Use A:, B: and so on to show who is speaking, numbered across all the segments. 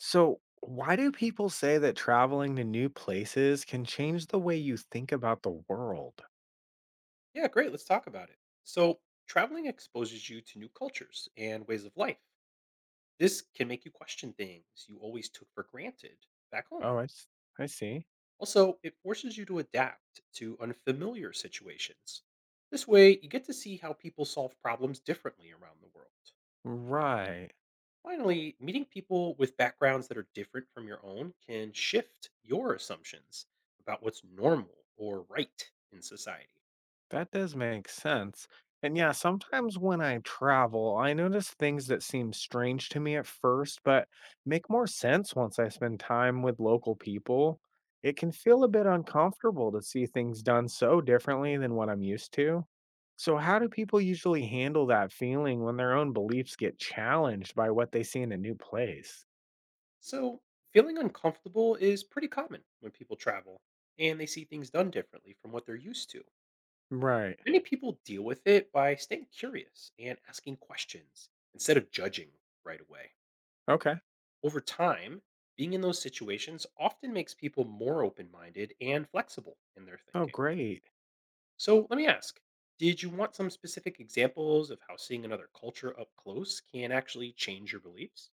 A: So, why do people say that traveling to new places can change the way you think about the world?
B: Yeah, great. Let's talk about it. So, traveling exposes you to new cultures and ways of life. This can make you question things you always took for granted back home.
A: Oh, I, s- I see.
B: Also, it forces you to adapt to unfamiliar situations. This way, you get to see how people solve problems differently around the world.
A: Right.
B: Finally, meeting people with backgrounds that are different from your own can shift your assumptions about what's normal or right in society.
A: That does make sense. And yeah, sometimes when I travel, I notice things that seem strange to me at first, but make more sense once I spend time with local people. It can feel a bit uncomfortable to see things done so differently than what I'm used to. So, how do people usually handle that feeling when their own beliefs get challenged by what they see in a new place?
B: So, feeling uncomfortable is pretty common when people travel and they see things done differently from what they're used to.
A: Right.
B: Many people deal with it by staying curious and asking questions instead of judging right away.
A: Okay.
B: Over time, being in those situations often makes people more open minded and flexible in their
A: Oh,
B: thinking.
A: great.
B: So, let me ask, did you want some specific examples of how seeing another culture up close can actually change your beliefs?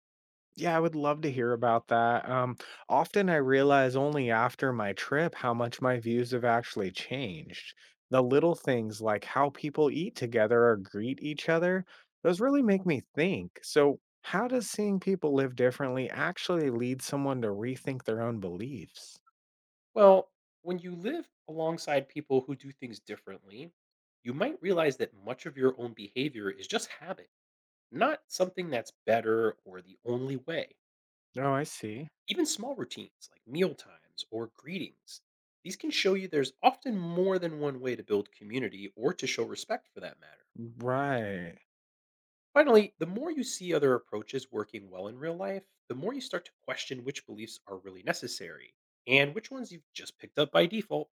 A: Yeah, I would love to hear about that. Often I realize only after my trip how much my views have actually changed. The little things like how people eat together or greet each other, those really make me think. So, how does seeing people live differently actually lead someone to rethink their own beliefs?
B: Well, when you live alongside people who do things differently, you might realize that much of your own behavior is just habit, not something that's better or the only way.
A: Oh, I see.
B: Even small routines like meal times or greetings, these can show you there's often more than one way to build community or to show respect for that matter.
A: Right.
B: Finally, the more you see other approaches working well in real life, the more you start to question which beliefs are really necessary and which ones you've just picked up by default.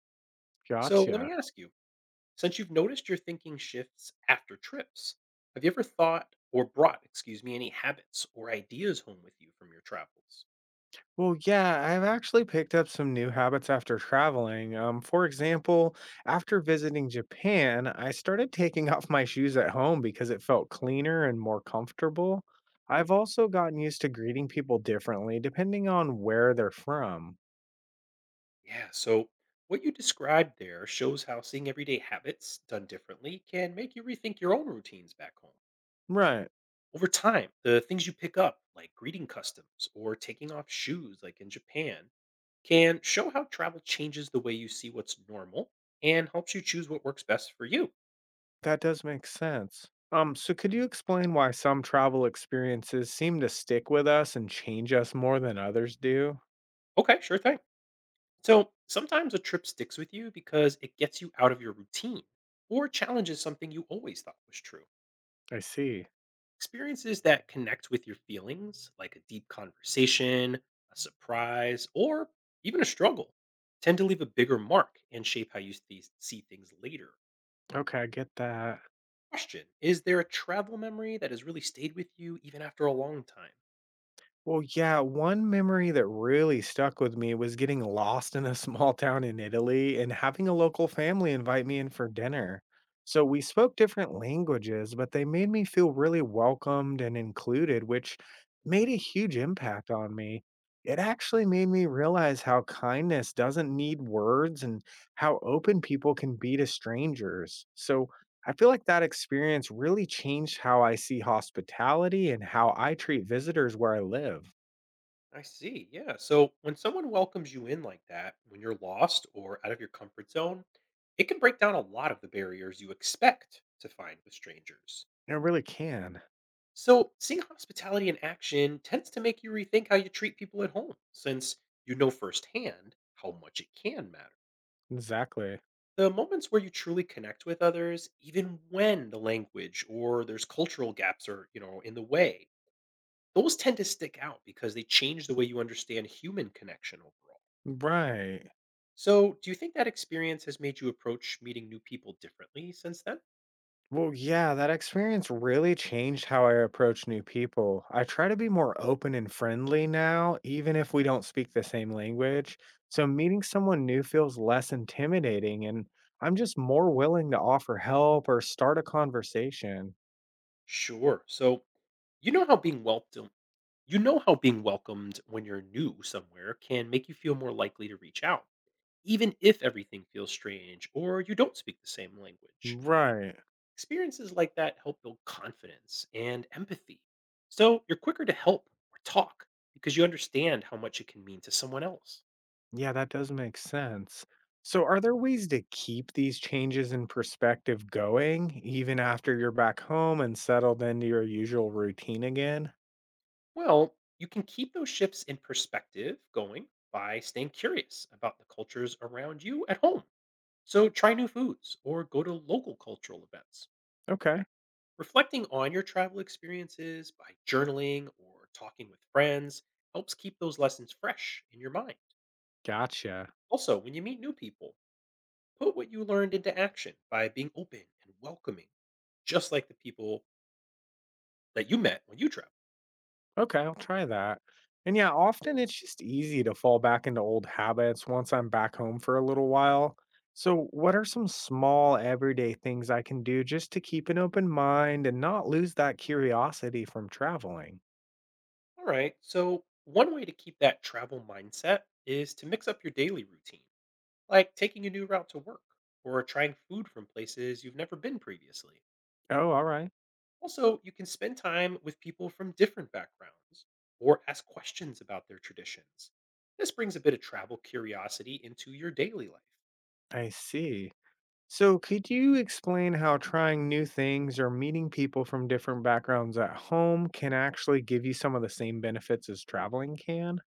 B: So let me
A: Gotcha.
B: ask you, since you've noticed your thinking shifts after trips, have you ever thought or brought, excuse me, any habits or ideas home with you from your travels?
A: Well, yeah, I've actually picked up some new habits after traveling. For example, after visiting Japan, I started taking off my shoes at home because it felt cleaner and more comfortable.
B: Hmm.
A: I've also gotten used to greeting people differently depending on where they're from.
B: Yeah, so what you described there shows how seeing everyday habits done differently can make you rethink your own routines back home.
A: Right,
B: Over time, the things you pick up, like greeting customs or taking off shoes, like in Japan, can show how travel changes the way you see what's normal and helps you choose what works best for you.
A: that does make sense. So could you explain why some travel experiences seem to stick with us and change us more than others do?
B: Okay, sure thing. So sometimes a trip sticks with you because it gets you out of your routine or challenges something you always thought was true.
A: I see.
B: Experiences that connect with your feelings, like a deep conversation, a surprise, or even a struggle, tend to leave a bigger mark and shape how you see things later.
A: Okay, I get that.
B: Question: is there a travel memory that has really stayed with you even after a long time?
A: Well, yeah, one memory that really stuck with me was getting lost in a small town in Italy and having a local family invite me in for dinner. So we spoke different languages, but they made me feel really welcomed and included, which made a huge impact on me. It actually made me realize how kindness doesn't need words and how open people can be to strangers. So, I feel like that experience really changed how I see hospitality and how I treat visitors where I live.
B: I see. Yeah. So when someone welcomes you in like that, when you're lost or out of your comfort zone, it can break down a lot of the barriers you expect to find with strangers.
A: It really can.
B: So seeing hospitality in action tends to make you rethink how you treat people at home, since you know firsthand how much it can matter.
A: Exactly.
B: The moments where you truly connect with others, even when the language or there's cultural gaps are, you know, in the way, those tend to stick out because they change the way you understand human connection overall.
A: Right.
B: So, do you think that experience has made you approach meeting new people differently since then?
A: Well, yeah, that experience really changed how I approach new people. I try to be more open and friendly now, even if we don't speak the same language. So meeting someone new feels less intimidating, and I'm just more willing to offer help or start a conversation.
B: Sure. So, you know how being welcomed you know how being welcomed when you're new somewhere can make you feel more likely to reach out, even if everything feels strange or you don't speak the same language.
A: Right.
B: Experiences like that help build confidence and empathy. So, you're quicker to help or talk because you understand how much it can mean to someone else.
A: Yeah, that does make sense. So, are there ways to keep these changes in perspective going even after you're back home and settled into your usual routine again?
B: Well, you can keep those shifts in perspective going by staying curious about the cultures around you at home. So try new foods or go to local cultural events.
A: Okay,
B: Reflecting on your travel experiences by journaling or talking with friends helps keep those lessons fresh in your mind.
A: gotcha.
B: Also, when you meet new people, put what you learned into action by being open and welcoming, just like the people that you met when you traveled.
A: Okay, I'll try that. And yeah, often it's just easy to fall back into old habits once I'm back home for a little while. So, what are some small everyday things I can do just to keep an open mind and not lose that curiosity from traveling?
B: All right, so one way to keep that travel mindset is to mix up your daily routine like taking a new route to work or trying food from places you've never been previously.
A: Oh, all right.
B: Also, you can spend time with people from different backgrounds or ask questions about their traditions. This brings a bit of travel curiosity into your daily life.
A: I see. So, could you explain how trying new things or meeting people from different backgrounds at home can actually give you some of the same benefits as traveling can?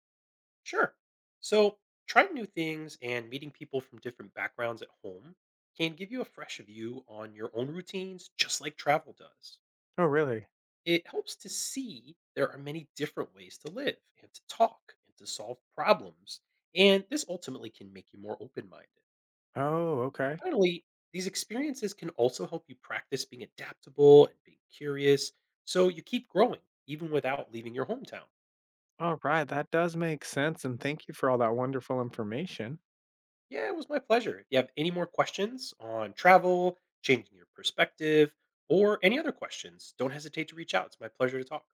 B: Sure. So, trying new things and meeting people from different backgrounds at home can give you a fresh view on your own routines, just like travel does.
A: Oh, really?
B: It helps to see there are many different ways to live and to talk and to solve problems, and this ultimately can make you more open minded.
A: Oh, okay.
B: Finally, these experiences can also help you practice being adaptable and being curious so you keep growing even without leaving your hometown.
A: All right. That does make sense. And thank you for all that wonderful information.
B: Yeah, it was my pleasure. If you have any more questions on travel, changing your perspective, or any other questions, don't hesitate to reach out. It's my pleasure to talk.